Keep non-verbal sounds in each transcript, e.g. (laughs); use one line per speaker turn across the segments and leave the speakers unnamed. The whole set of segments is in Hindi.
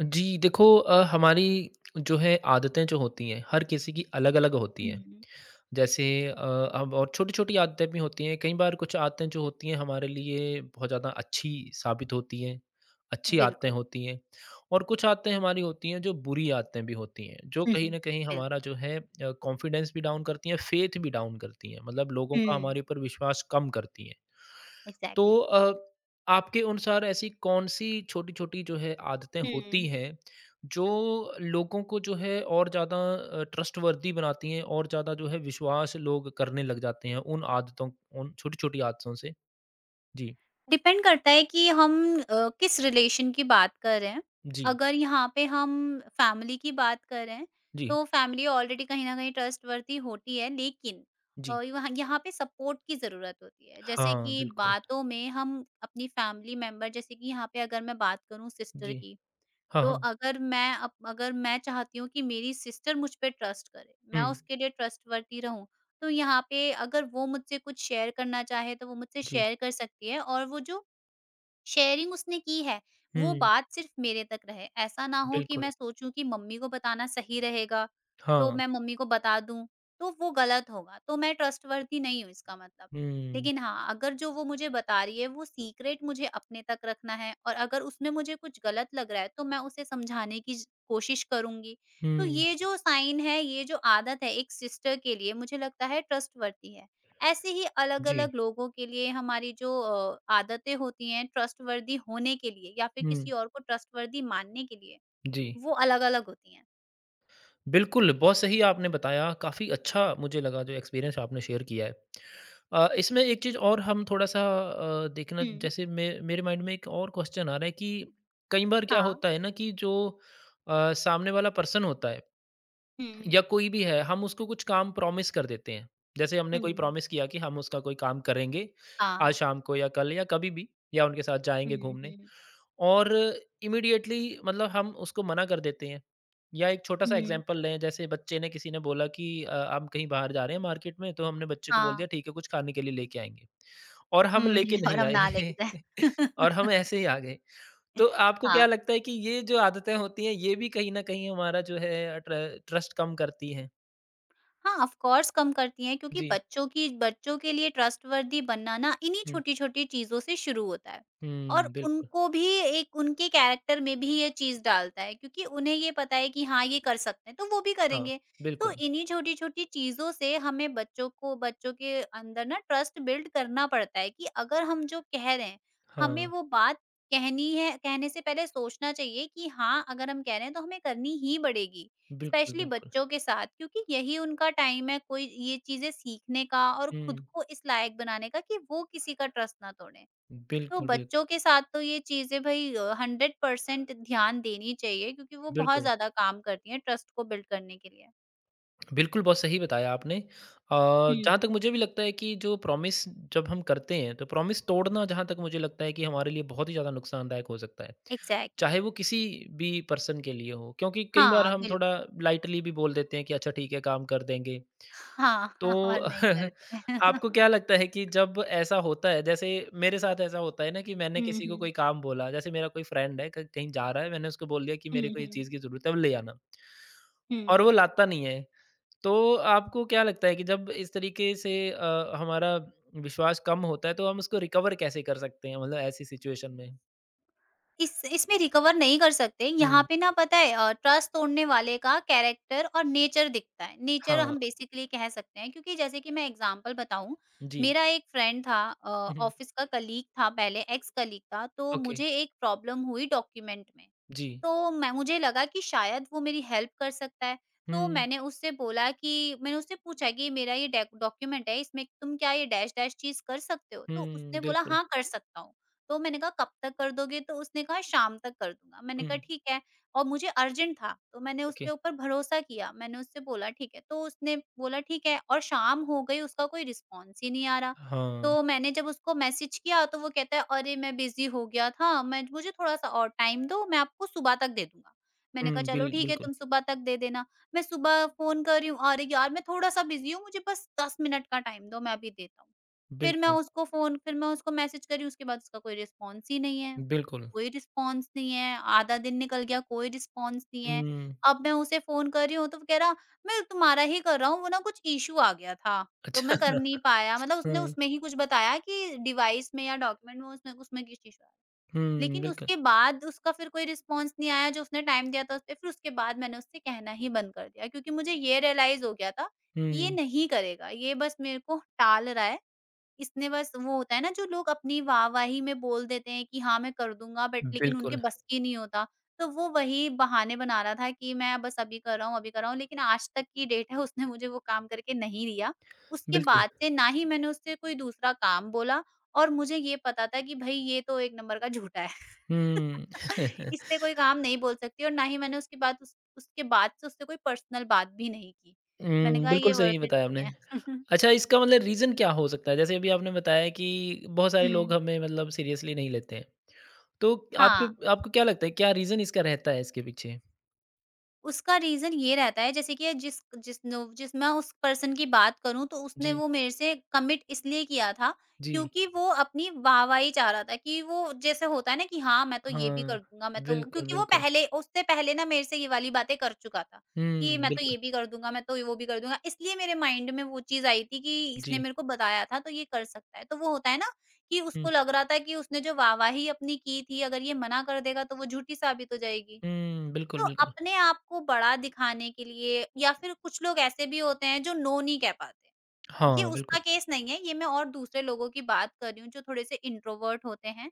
जी, देखो हमारी जो है आदतें जो होती हैं, हर किसी की अलग-अलग होती हैं।
हुँ,
जैसे अब और छोटी-छोटी आदतें भी होती हैं, कई बार कुछ आदतें जो होती हैं हमारे लिए बहुत ज़्यादा अच्छी साबित होती हैं, अच्छी आदतें
बिल्कुल।
होती हैं और कुछ आदतें हमारी होती हैं जो बुरी आदतें भी होती हैं, जो
हुँ,
कहीं
हुँ।
न कहीं
बिल
हमारा जो है कॉन्फिडेंस भी डाउन करती हैं, फ़ेथ भी डाउन करती हैं, मतलब लोगों का
हुँ।
हमारे ऊपर विश्वास कम करती हैं। तो
एग्ज़ैक्टली।
अ, आपके अनुसार ऐसी कौन-सी छोटी-छोटी जो है आदतें होती
हुँ।
हैं, जो लोगों को जो है और ज़्यादा ट्रस्टवर्दी बनाती हैं और ज़्यादा जो है विश्वास लोग करने लग जाते हैं उन आदतों उन छोटी-छोटी आदतों से? जी,
डिपेंड करता है कि हम किस रिलेशन की बात कर रहे हैं।
जी,
अगर यहाँ पे हम फैमिली की बात कर रहे हैं,
जी,
तो फैमिली ऑलरेडी कहीं न कहीं ट्रस्टवर्थी होती है लेकिन
जी।
यहाँ यहाँ पे सपोर्ट की ज़रूरत होती है। जैसे
हाँ,
कि
बिल्कुल।
बातों में हम अपनी फैमिली मेंबर जैसे कि यहाँ पे अगर मैं बात करूँ सिस्टर
जी।
की,
हाँ,
तो
हाँ।
अगर मैं चाहती हूँ कि मेरी सिस्टर मुझ पे ट्रस्ट करे, मैं
हुँ।
उसके लिए ट्रस्टवर्थी रहूँ, तो यहाँ पे अगर वो मुझसे कुछ शेयर करना चाहे, तो वो मुझसे
जी।
शेयर कर सकती है और वो जो शेयरिंग उसने की है, वो
हुँ,
बात सिर्फ़ मेरे तक रहे। ऐसा ना हो कि
बिल्कुल।
मैं सोचूँ कि मम्मी को बताना सही रहेगा, तो
हाँ।
मैं मम्मी को बता दूँ, तो वो गलत होगा। तो मैं ट्रस्टवर्थी नहीं हूँ इसका मतलब।
हुँ,
लेकिन हाँ, अगर जो वो मुझे बता रही है, वो सीक्रेट मुझे अपने तक रखना है और अगर उसमें मुझे कुछ गलत लग रहा है, तो मैं उसे समझाने की ज कोशिश करूँगी। तो
हुँ।
ये जो साइन है, ये जो आदत है एक सिस्टर के लिए, मुझे लगता है ट्रस्टवर्थी है। ऐसे ही
जी।
अलग-अलग लोगों के लिए हमारी जो आदतें होती हैं ट्रस्टवर्दी होने के लिए या फिर
हुँ,
किसी और को ट्रस्टवर्दी मानने के लिए,
जी।
वो अलग-अलग होती हैं।
बिल्कुल, बहुत सही आपने बताया, काफ़ी अच्छा मुझे लगा जो एक्सपीरियंस आपने शेयर किया है। इसमें एक चीज़ और हम थोड़ा-सा देखना
हुँ।
जैसे मे मेरे माइंड में एक और क्वेश्चन आ रहा है कि कई बार क्या
हाँ।
होता है ना कि जो सामने वाला पर्सन होता है
हुँ,
या कोई भी है, हम उसको कुछ काम प्रॉमिस कर देते हैं। जैसे हमने कोई
हुँ।
प्रॉमिस किया कि हम उसका कोई काम करेंगे, आज
हाँ।
शाम को या कल या कभी भी या उनके साथ जाएँगे
हुँ,
घूमने।
हुँ,
और इमीडिएटली मतलब हम उसको मना कर देते हैं। या एक छोटा-सा
हुँ।
एग्ज़ाम्पल लें, जैसे बच्चे ने किसी ने बोला कि हम कहीं बाहर जा रहे हैं मार्केट में, तो हमने बच्चे को बोल
हाँ।
दिया, "ठीक है, कुछ खाने के लिए लेके आएँगे।" और हम
हुँ, हुँ
लेके
और
नहीं
हम ना लेके
आए
जाएँ।
(laughs) और
(laughs)
हम ऐसे ही आ गए। तो आपको क्या
हाँ।
लगता है कि ये जो आदतें होती हैं, ये भी कहीं न कहीं हमारा जो है ट्रस्ट कम करती हैं?
हाँ, ऑफ कोर्स कम करती हैं क्योंकि
जी।
बच्चों के लिए ट्रस्टवर्दी बनना ना इन्हीं
हुँ।
छोटी-छोटी चीज़ों से शुरू होता है। और
हुँ, बिल्कुल।
उनको भी एक उनके कैरेक्टर में भी ये चीज़ डालता है क्योंकि उन्हें ये पता है कि हाँ, ये कर सकते हैं, तो वो भी
हाँ,
करेंगे। तो
बिल्कुल।
इन्हीं छोटी-छोटी चीज़ों से हमें बच्चों के अंदर ना ट्रस्ट बिल्ड करना पड़ता है कि अगर हम जो कह रहे हैं, हमें
हाँ,
वो बात कहनी है, कहने से पहले सोचना चाहिए कि हाँ, अगर हम कह रहे हैं तो हमें करनी ही पड़ेगी।
बिल्कुल,
स्पेशली
बिल्कुल।
बच्चों के साथ क्योंकि यही उनका टाइम है कोई ये चीज़ें सीखने का और खुद
हुँ,
को इस लायक बनाने का कि वो किसी का ट्रस्ट ना तोड़ें। तो
बिल्कुल, बिल्क
बच्चों के साथ तो ये चीज़ें भई 100% ध्यान देनी चाहिए क्योंकि वो बहुत
बिल्कुल।
ज़्यादा काम करती हैं ट्रस्ट को बिल्ड करने के लिए।
बिल्कुल, बहुत सही बताया आपने। जहाँ तक
हुँ।
मुझे भी लगता है कि जो प्रॉमिस जब हम करते हैं, तो प्रॉमिस तोड़ना जहाँ तक मुझे लगता है कि हमारे लिए बहुत ही ज़्यादा नुकसानदायक हो सकता है।
एग्ज़ैक्टली।
चाहे वो किसी भी पर्सन के लिए हो, क्योंकि कई बार
हाँ,
हम थोड़ा
बिल्कुल।
लाइटली भी बोल देते हैं कि अच्छा ठीक है, काम कर देंगे।
हाँ,
तो
(laughs) और नहीं
(laughs)
करते।
आपको क्या
(laughs)
लगता है कि जब ऐसा होता है, जैसे मेरे साथ ऐसा होता है ना कि मैंने
हुँ,
किसी को
हुँ।
कोई काम बोला, जैसे मेरा कोई फ्रेंड है क कहीं जा रहा है, मैंने उसको बोल दिया कि मेरे
हुँ,
को ये
हुँ।
चीज़ की ज़रूरत है, अब ले आना। और वो
हुँ।
लाता नहीं है, तो आपको क्या लगता है कि जब इस तरीके से हमारा विश्वास कम होता है तो हम उसको रिकवर कैसे कर सकते हैं मतलब ऐसी सिचुएशन में?
इस इसमें रिकवर नहीं कर सकते। यहाँ
हुँ,
पे ना पता है ट्रस्ट तोड़ने वाले का कैरेक्टर और नेचर दिखता है। नेचर
हाँ,
हम बेसिकली कह सकते हैं क्योंकि जैसे कि मैं एग्ज़ाम्पल बताऊँ,
जी।
मेरा एक फ्रेंड था,
हुँ, हुँ,
ऑफ़िस का कलीग था पहले, एक्स कलीग था, तो
ओके,
मुझे एक प्रॉब्लम हुई डॉक्यूमेंट में।
जी।
तो मैं मुझे लगा कि शायद वो मेरी हेल्प कर सकता है, तो
हुँ,
मैंने उससे पूछा कि मेरा ये डेक डॉक्यूमेंट है, इसमें तुम क्या ये डैश-डैश चीज़ कर सकते हो? तो
हुँ,
उसने बोला
बिल्कुल।
हाँ, कर सकता हूँ। तो मैंने कहा कब तक कर दोगे? तो उसने कहा शाम तक कर दूँगा। मैंने
हुँ,
कहा ठीक है और मुझे अर्जेंट था, तो मैंने
ओके,
उसके ऊपर भरोसा किया। मैंने उससे बोला ठीक है, तो उसने बोला ठीक है और शाम हो गई, उसका कोई रिस्पॉन्स ही नहीं आ रहा।
हाँ।
तो मैंने जब उसको मैसेज किया तो वो कहता है, अरे मैं बिज़ी हो गया था, मैं मुझे थोड़ा-सा और टाइम दो, मैं आपको सुबह तक दे दूँगा। मैंने कहा
हुँ,
चलो ठीक है
बिल्कुल,
तुम सुबह तक दे देना। मैं सुबह फ़ोन कर रही हूँ, अरे यार मैं थोड़ा-सा बिज़ी हूँ, मुझे बस 10 मिनट का टाइम दो, मैं अभी देता हूँ।
बिल्कुल,
फिर मैं उसको मैसेज करी, उसके बाद उसका कोई रिस्पॉन्स ही नहीं है।
बिल्कुल।
कोई रिस्पॉन्स नहीं है, आधा दिन निकल गया, कोई रिस्पॉन्स नहीं है।
हुँ,
अब मैं उसे फ़ोन कर रही हूँ, तो वो कह रहा, "मैं तुम्हारा ही कर रहा हूँ, वो ना कुछ इश्यू आ गया था, तो
अच्छा।
मैं कर नहीं
(laughs)
पाया।" मतलब उसने
हुँ,
उसमें ही कुछ बताया कि डिवाइस में या डॉक्यूमेंट में उसमें उसमें कुछ इश्यू आया।
हुँ,
लेकिन
बिल्कुल।
उसके बाद उसका फिर कोई रिस्पॉन्स नहीं आया, जो उसने टाइम दिया था उस पे, फिर उसके बाद मैंने उससे कहना ही बंद कर दिया क्योंकि मुझे ये रियलाइज़ हो गया था कि ये
हुँ,
नहीं करेगा, ये बस मेरे को टाल रहा है। इसने बस, वो होता है ना, जो लोग अपनी वाहवाही में बोल देते हैं कि हाँ मैं कर दूँगा, बट लेकिन उनके
बिल्कुल,
बस की नहीं होता। तो वो वही बहाने बना रहा था कि मैं बस अभी कर रहा हूँ, अभी कर रहा हूँ लेकिन आज तक की डेट है उसने मुझे वो काम करके नहीं दिया। उसके
बिल्कुल।
बाद से ना ही मैंने उससे कोई दूसरा काम बोला और मुझे ये पता था कि भई ये तो एक नंबर का झूठा है।
हुँ। हुँ,
(laughs) इससे
(laughs)
कोई काम नहीं बोल सकती और ना ही मैंने उसकी बात उस उसके बाद से उससे कोई पर्सनल बात भी नहीं की। मैंने कहा
बिल्कुल
ये वर्थ
सही
इट
बताया आपने।
नहीं है। (laughs)
अच्छा, इसका मतलब रीज़न क्या हो सकता है? जैसे अभी आपने बताया कि बहुत सारे लोग
हुँ।
हमें मतलब सीरियसली नहीं लेते हैं। तो आपके
हाँ।
आपको क्या लगता है क्या रीज़न इसका रहता है इसके पीछे?
उसका रीज़न ये रहता है, जैसे कि जिस जिस नो जिस मैं उस पर्सन की बात करूँ तो उसने
जी,
वो मेरे से कमिट इसलिए किया था
जी।
क्योंकि वो अपनी वाहवाही चाह रहा था कि वो, जैसे होता है ना कि हाँ, मैं तो ये भी
हाँ,
कर दूँगा, मैं तो वो,
बिल्कुल,
क्योंकि वो
बिल्कुल।
पहले उससे पहले ना मेरे से ये वाली बातें कर चुका था कि
हुँ,
मैं तो
बिल्कुल।
ये भी कर दूँगा, मैं तो वो भी कर दूँगा। इसलिए मेरे माइंड में वो चीज़ आई थी कि इसने
जी।
मेरे को बताया था तो ये कर सकता है। तो वो होता है ना कि
हुँ,
उसको लग रहा था कि उसने जो वाहवाही अपनी की थी, अगर ये मना कर देगा तो वो झूठी साबित हो जाएगी।
हुँ, बिल्कुल,
तो
बिल्कुल।
अपने आप को बड़ा दिखाने के लिए, या फिर कुछ लोग ऐसे भी होते हैं जो नो नहीं कह पाते। ये
हाँ,
उसका
बिल्कुल।
केस नहीं है, ये मैं और दूसरे लोगों की बात कर रही हूँ जो थोड़े से इंट्रोवर्ट होते हैं।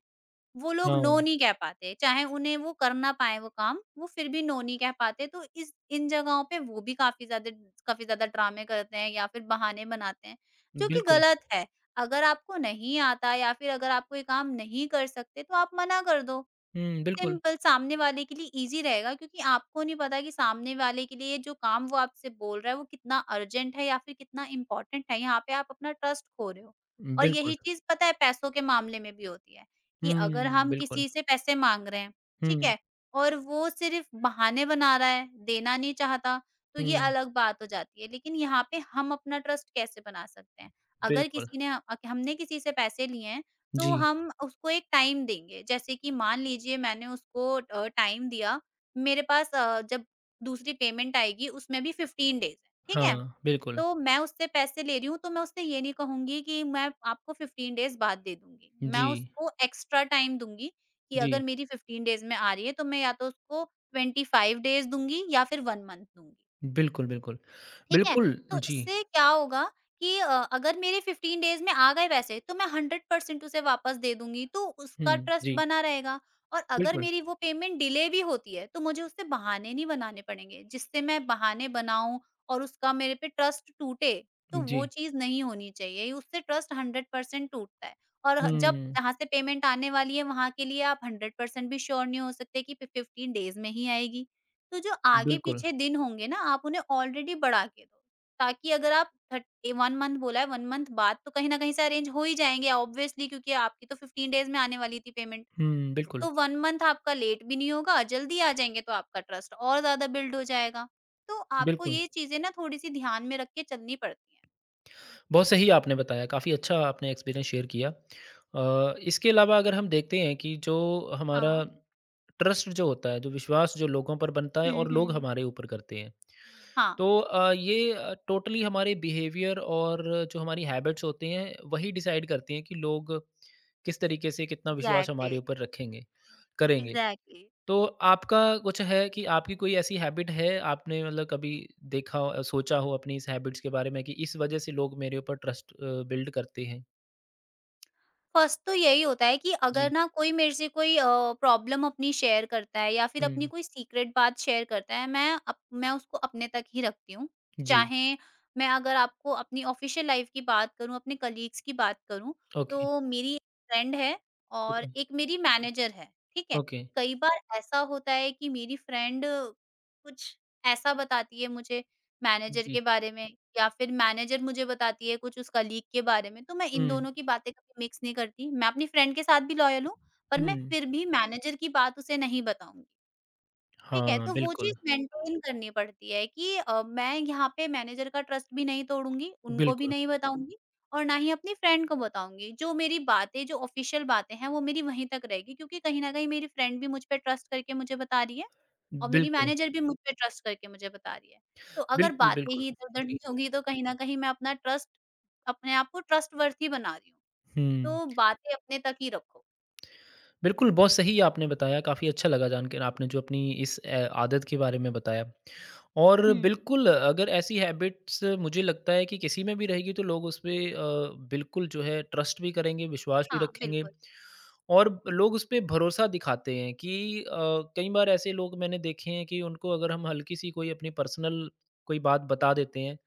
वो लोग
हाँ,
नो नहीं कह पाते, चाहे उन्हें वो कर ना पाएँ वो काम, वो फिर भी नो नहीं कह पाते। तो इस इन जगहों पे वो भी काफ़ी ज़्यादा ड्रामे करते हैं या फिर बहाने बनाते हैं, जो कि
बिल्कुल।
गलत है। अगर आपको नहीं आता या फिर अगर आप कोई काम नहीं कर सकते तो आप मना कर दो।
हुँ, बिल्कुल।
सिंपल, सामने वाले के लिए ईज़ी रहेगा क्योंकि आपको नहीं पता कि सामने वाले के लिए जो काम वो आपसे बोल रहा है वो कितना अर्जेंट है या फिर कितना इम्पोर्टेंट है, यहाँ पे आप अपना ट्रस्ट खो रहे हो। और
बिल्कुल।
यही चीज़ पता है पैसों के मामले में भी होती है, कि अगर
हुँ,
हम
बिल्कुल।
किसी से पैसे माँग रहे हैं, ठीक
हुँ,
है? और वो सिर्फ़ बहाने बना रहा है, देना नहीं चाहता, तो ये
हुँ,
अलग बात हो जाती है। लेकिन यहाँ पे हम अपना ट्रस्ट कैसे बना सकते हैं? अगर
बिल्कुल।
किसी ने अ, हमने किसी से पैसे लिए हैं
जी,
तो हम उसको एक टाइम देंगे। जैसे कि मान लीजिए मैंने उसको टाइम दिया, मेरे पास जब दूसरी पेमेंट आएगी उसमें भी 15 डेज़ है, ठीक है?
हाँ, बिल्कुल।
तो मैं उससे पैसे ले रही हूँ, तो मैं उससे ये नहीं कहूँगी कि मैं आपको 15 डेज़ बाद दे दूँगी। मैं
जी,
उसको एक्स्ट्रा टाइम दूँगी कि
जी।
अगर मेरी 15 डेज़ में आ रही है, तो मैं या तो उसको 25 डेज़ दूँगी या फिर 1 मंथ दूँगी।
बिल्कुल, बिल्कुल।
ठीक है?
बिल्कुल,
तो
जी।
इससे क्या होगा कि अगर मेरे 15 डेज़ में आ गए पैसे तो मैं 100% उसे वापस दे दूँगी, तो उसका
हुँ,
ट्रस्ट
जी।
बना रहेगा। और अगर
बिल्कुल,
मेरी वो पेमेंट डिले भी होती है, तो मुझे उससे बहाने नहीं बनाने पड़ेंगे, जिससे मैं बहाने बनाऊँ और उसका मेरे पे ट्रस्ट टूटे। तो
जी।
वो चीज़ नहीं होनी चाहिए, उससे ट्रस्ट 100% टूटता है। और ह जब
हुँ,
जहाँ से पेमेंट आने वाली है, वहाँ के लिए आप 100% भी श्योर नहीं हो सकते कि फि 15 डेज़ में ही आएगी। तो जो
बिल्कुल।
आगे-पीछे दिन होंगे ना, आप उन्हें ऑलरेडी बढ़ा के दो, ताकि अगर आप थर्ट ए 1 मंथ बोला है, 1 मंथ बाद तो कहीं न कहीं से अरेंज हो ही जाएँगे ऑब्वियसली, क्योंकि आपकी तो 15 डेज़ में आने वाली थी पेमेंट।
हुँ, बिल्कुल,
तो 1 मंथ आपका लेट भी नहीं होगा, जल्दी आ जाएँगे तो आपका ट्रस्ट और ज़्यादा बिल्ड हो जाएगा। तो आपको
बिल्कुल।
ये चीज़ें ना थोड़ी-सी ध्यान में रख के चलनी पड़ती हैं।
बहुत सही आपने बताया, काफ़ी अच्छा आपने एक्सपीरियंस शेयर किया। इसके अलावा अगर हम देखते हैं कि जो हमारा
हाँ।
ट्रस्ट जो होता है, जो विश्वास जो लोगों पर बनता है
हुँ,
और लोग
हुँ।
हमारे ऊपर करते हैं,
हाँ।
तो टोटली हमारे बिहेवियर और जो हमारी हैबिट्स होती हैं, वही डिसाइड करती हैं कि लोग किस तरीके से कितना विश्वास
एग्ज़ैक्टली,
हमारे ऊपर रखेंगे, करेंगे।
एग्ज़ैक्टली।
तो आपका कुछ है कि आपकी कोई ऐसी हैबिट है आपने मतलब कभी देखा हो सोचा हो अपनी इस हैबिट्स के बारे में कि इस वजह से लोग मेरे ऊपर ट्रस्ट बिल्ड करते हैं?
फर्स्ट तो यही होता है कि अगर
जी।
ना कोई मेरे से कोई प्रॉब्लम अपनी शेयर करता है या फिर अपनी
हुँ,
कोई सीक्रेट बात शेयर करता है, मैं उसको अपने तक ही रखती हूँ।
जी।
चाहे मैं, अगर आपको अपनी ऑफिशियल लाइफ की बात करूँ, अपने कलीग्स की बात करूँ,
ओके,
तो मेरी फ्रेंड है और
ओके,
एक मेरी मैनेजर है, ठीक है।
ओके।
कई बार ऐसा होता है कि मेरी फ्रेंड कुछ ऐसा बताती है मुझे मैनेजर
जी।
के बारे में या फिर मैनेजर मुझे बताती है कुछ उस कलीग के बारे में, तो मैं इन
हुँ,
दोनों की बातें कभी मिक्स नहीं करती। मैं अपनी फ्रेंड के साथ भी लॉयल हूँ, पर मैं
हुँ।
फिर भी मैनेजर की बात उसे नहीं बताऊँगी, ठीक है?
हाँ,
तो वो
बिल्कुल,
चीज़ मेंटेन करनी पड़ती है कि मैं यहाँ पे मैनेजर का ट्रस्ट भी नहीं तोड़ूँगी, उनको भी
बिल्कुल,
नहीं बताऊँगी और ना ही अपनी फ्रेंड को बताऊँगी। जो मेरी बातें, जो ऑफ़िशियल बातें हैं, वो मेरी वहीं तक रहेगी, क्योंकि कहीं न कहीं मेरी फ्रेंड भी मुझ पे ट्रस्ट करके मुझे बता रही है और मेरी
बिल्कुल,
मैनेजर भी मुझ पे ट्रस्ट करके मुझे बता रही है। तो अगर
बिल्कुल,
बातें
बिल्कुल।
ही इधर-उधर
जी।
नहीं होंगी, तो कहीं न कहीं मैं अपना ट्रस्ट, अपने आप को ट्रस्टवर्थी बना रही हूँ।
हुँ।
तो बातें अपने तक ही रखो।
बिल्कुल, बहुत सही आपने बताया, काफ़ी अच्छा लगा जानकर आपने जो अपनी इस आदत के बारे में बताया। और
हुँ।
बिल्कुल अगर ऐसी हैबिट्स मुझे लगता है कि किसी में भी रहेगी तो लोग उसपे बिल्कुल जो है ट्रस्ट भी करेंगे, विश्वास भी
हाँ,
रखेंगे
बिल्कुल।
और लोग उसपे भरोसा दिखाते हैं कि कई बार ऐसे लोग मैंने देखे हैं कि उनको अगर हम हल्की-सी कोई अपनी पर्सनल कोई बात बता देते हैं,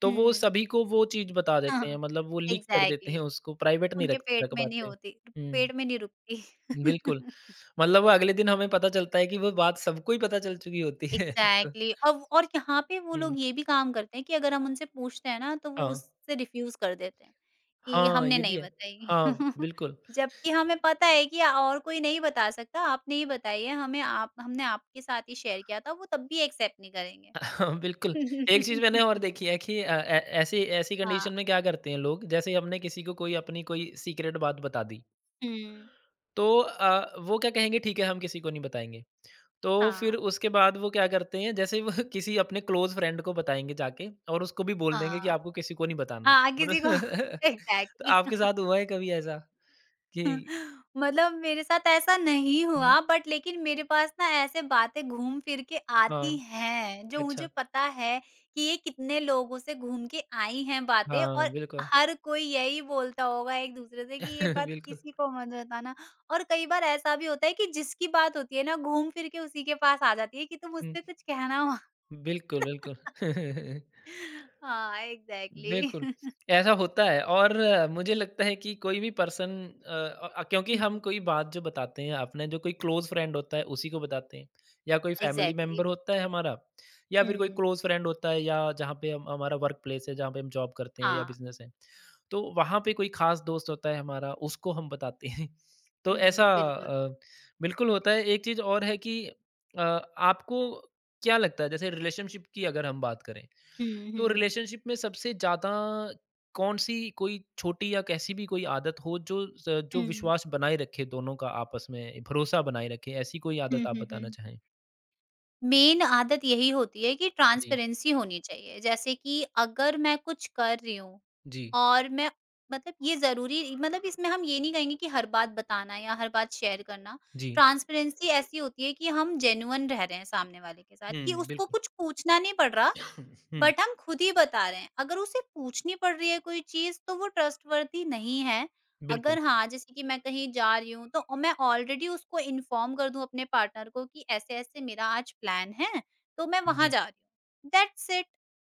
तो वो
हुँ।
सभी
(laughs)
को वो चीज़ बता
हाँ,
देते हैं,
हाँ।
मतलब वो लीक कर देते हैं
एग्ज़ैक्टली।
उसको प्राइवेट नहीं
उनके
रख
पेट
रख
में नहीं
पाते।
होती,
हुँ।
पेट में नहीं रुकती।
बिल्कुल,
(laughs)
मतलब वो अगले दिन हमें पता चलता है कि वो बात सबको ही पता चल चुकी होती है। (laughs) तो
एग्ज़ैक्टली। अब और यहाँ पे वो
हुँ,
लोग ये भी काम करते हैं कि अगर हम उनसे पूछते हैं ना, तो वो
हाँ।
उससे रिफ्यूज़ कर देते हैं, कि
हाँ,
हमने
ये भी
नहीं
है।
बताई।
हाँ,
(laughs)
बिल्कुल।
जबकि हमें पता है कि और कोई नहीं बता सकता, आपने ही बताई है हमें, आप, हमने आपके साथ ही शेयर किया था, वो तब भी एक्सेप्ट नहीं करेंगे।
(laughs) हाँ बिल्कुल, एक चीज़ मैंने और
(laughs)
देखी है कि अ, ऐ ऐसी ऐसी कंडीशन
हाँ।
में क्या करते हैं लोग, जैसे हमने किसी को कोई अपनी कोई सीक्रेट बात बता दी,
हुँ।
तो वो क्या कहेंगे, "ठीक है, हम किसी को नहीं बताएँगे।" तो फिर
हाँ।
उसके बाद वो क्या करते हैं, जैसे वो (laughs) किसी अपने क्लोज़ फ्रेंड को बताएँगे जाके और उसको भी बोल देंगे कि
हाँ।
आपको किसी को नहीं बताना।
हाँ। हाँ,
मतलब
किसी को (laughs)
(laughs) तो
एग्ज़ैक्टली।
आपके साथ हुआ है कभी ऐसा? कि
(laughs) मतलब मेरे साथ ऐसा नहीं
हुँ,
हुआ, बट लेकिन मेरे पास ना ऐसे बातें घूम फिर के आती
हाँ,
हैं, जो मुझे
अच्छा,
पता है कि ये कितने लोगों से घूम के आई हैं बातें।
हाँ,
और
बिल्कुल,
हर कोई यही बोलता होगा एक-दूसरे से कि ये
(laughs)
बात
बिल्कुल,
किसी को मत बताना। और कई बार ऐसा भी होता है कि जिसकी बात होती है ना, घूम फिर के उसी के पास आ जाती है कि तुम
हुँ,
उससे कुछ कहना मत।
बिल्कुल, बिल्कुल। (laughs)
(laughs) हाँ, एग्ज़ैक्टली।
बिल्कुल, ऐसा होता है और मुझे लगता है कि कोई भी पर्सन अ क्योंकि
हुँ।
हम कोई बात जो बताते हैं अपने जो कोई क्लोज़ फ्रेंड होता है उसी को बताते हैं, या कोई फैमिली
एग्ज़ैक्टली।
मेंबर होता है हमारा, या फिर कोई
हुँ।
क्लोज़ फ्रेंड होता है या जहाँ पे हम हमारा वर्क प्लेस है, जहाँ पे हम जॉब करते
(laughs)
हैं या
हाँ।
बिज़नेस है। तो वहाँ पे कोई ख़ास दोस्त होता है हमारा, उसको हम बताते हैं। (laughs) तो ऐसा
हुँ, बिल्कुल।
अ, बिल्कुल होता है। एक चीज़ और है कि अ, आपको क्या लगता है जैसे रिलेशनशिप की अगर हम बात करें
हुँ,
तो
हुँ,
रिलेशनशिप में सबसे ज़्यादा कौन-सी कोई छोटी या कैसी भी कोई आदत हो जो
हुँ।
विश्वास बनाए रखे दोनों का आपस में, भरोसा बनाए रखे, ऐसी कोई
हुँ,
आदत आप
हुँ,
बताना
हुँ।
चाहें?
मेन आदत यही होती है कि
जी।
ट्रांसपेरेंसी होनी चाहिए। जैसे कि अगर मैं कुछ कर रही हूँ
जी,
और मैं, मतलब, ये ज़रूरी, मतलब इसमें हम ये नहीं कहेंगे कि हर बात बताना या हर बात शेयर करना।
जी।
ट्रांसपेरेंसी ऐसी होती है कि हम जेन्युइन रह रहे हैं सामने वाले के साथ कि
हुँ,
उसको
बिल्कुल।
कुछ पूछना नहीं पड़ रहा,
(coughs) हुँ,
बट हम खुद ही बता रहे हैं। अगर उसे पूछनी पड़ रही है कोई चीज़, तो वो ट्रस्टवर्थी नहीं है।
बिल्कुल।
अगर हाँ, जैसे कि मैं कहीं जा रही हूँ, तो मैं ऑलरेडी उसको इन्फॉर्म कर दूँ अपने पार्टनर को कि ऐसे-ऐसे मेरा आज प्लान है, तो मैं वहाँ
जी,
जा रही हूँ। That's it.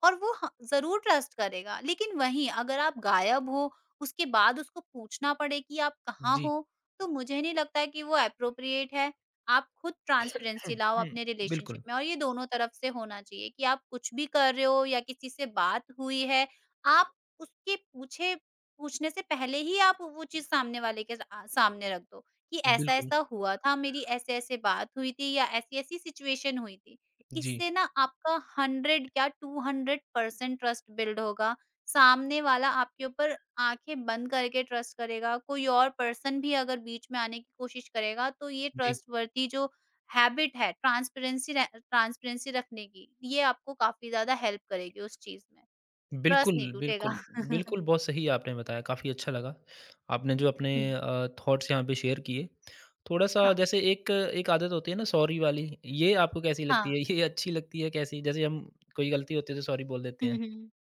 और वो ह ज़रूर ट्रस्ट करेगा। लेकिन वहीं अगर आप गायब हो, उसके बाद उसको पूछना पड़े कि आप कहाँ
जी।
हो? तो मुझे नहीं लगता है कि वो एप्रोप्रिएट है। आप खुद
(coughs)
ट्रांसपेरेंसी लाओ
हुँ,
अपने रिलेशनशिप
बिल्कुल,
में, और ये दोनों तरफ से होना चाहिए कि आप कुछ भी कर रहे हो या किसी से बात हुई है, आप उसके पूछे पूछने से पहले ही आप वो चीज़ सामने वाले के सामने रख दो कि
बिल्कुल।
ऐसा-ऐसा हुआ था, मेरी ऐसे-ऐसे बात हुई थी या ऐसी-ऐसी सिचुएशन हुई थी।
जी,
इससे ना आपका 100 क्या 200% ट्रस्ट बिल्ड होगा, सामने वाला आपके ऊपर आँखें बंद करके ट्रस्ट करेगा। कोई और पर्सन भी अगर बीच में आने की कोशिश करेगा, तो ये
जी।
ट्रस्टवर्थी जो हैबिट है ट्रांसपेरेंसी रे ट्रांसपेरेंसी रखने की, ये आपको काफ़ी ज़्यादा हेल्प करेगी उस चीज़ में। ट्रस्ट नहीं
बिल्कुल, बिल्कुल।
टूटेगा। (laughs)
बिल्कुल, बहुत सही आपने बताया, काफ़ी अच्छा लगा। आपने जो अपने
हुँ,
थॉट्स यहाँ पे शेयर किए। थोड़ा-सा
हाँ,
जैसे एक एक आदत होती है ना सॉरी वाली, ये आपको कैसी
हाँ।
लगती है? ये अच्छी लगती है कैसी? जैसे हम कोई गलती होती है तो सॉरी बोल देते
हुँ,
हैं।
हुँ,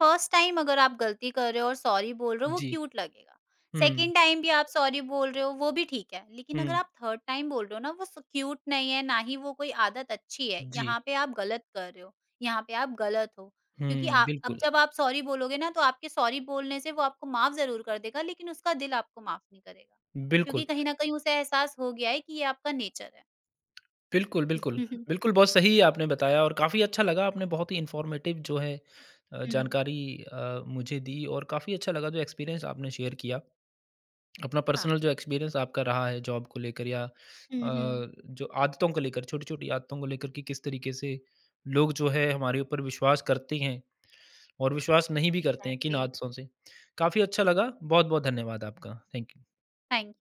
फर्स्ट टाइम अगर आप गलती कर रहे हो और सॉरी बोल रहे हो, वो
जी।
क्यूट लगेगा।
हुँ,
सेकंड टाइम भी आप सॉरी बोल रहे हो, वो भी ठीक है। लेकिन अगर
हुँ,
आप थर्ड टाइम बोल रहे हो ना, वो स क्यूट नहीं है, ना ही वो कोई आदत अच्छी है।
जी।
यहाँ पे आप गलत कर रहे हो, यहाँ पे आप गलत हो। क्योंकि
हुँ,
आप, अब
बिल्कुल।
जब आप सॉरी बोलोगे ना, तो आपके सॉरी बोलने से वो आपको माफ़ ज़रूर कर देगा, लेकिन उसका दिल आपको माफ़ नहीं करेगा। क्योंकि
बिल्कुल,
कहीं न कहीं उसे एहसास हो गया है कि ये आपका नेचर है।
बिल्कुल, बिल्कुल।
(laughs)
बिल्कुल, बहुत सही आपने बताया और काफ़ी अच्छा लगा, आपने बहुत ही इन्फॉर्मेटिव जो है
हुँ, हुँ।
जानकारी मुझे दी और काफ़ी अच्छा लगा जो एक्सपीरियंस आपने शेयर किया। अपना
हाँ।
पर्सनल जो एक्सपीरियंस आपका रहा है जॉब को लेकर या
हुँ, हुँ।
जो आदतों को लेकर छोटी-छोटी आदतों को लेकर कि किस तरीके से लोग जो है हमारे ऊपर विश्वास करते हैं और विश्वास नहीं भी करते हैं किन
एग्ज़ैक्टली।
आदतों से। काफ़ी अच्छा लगा, बहुत-बहुत धन्यवाद आपका। Thank you.
Thank you.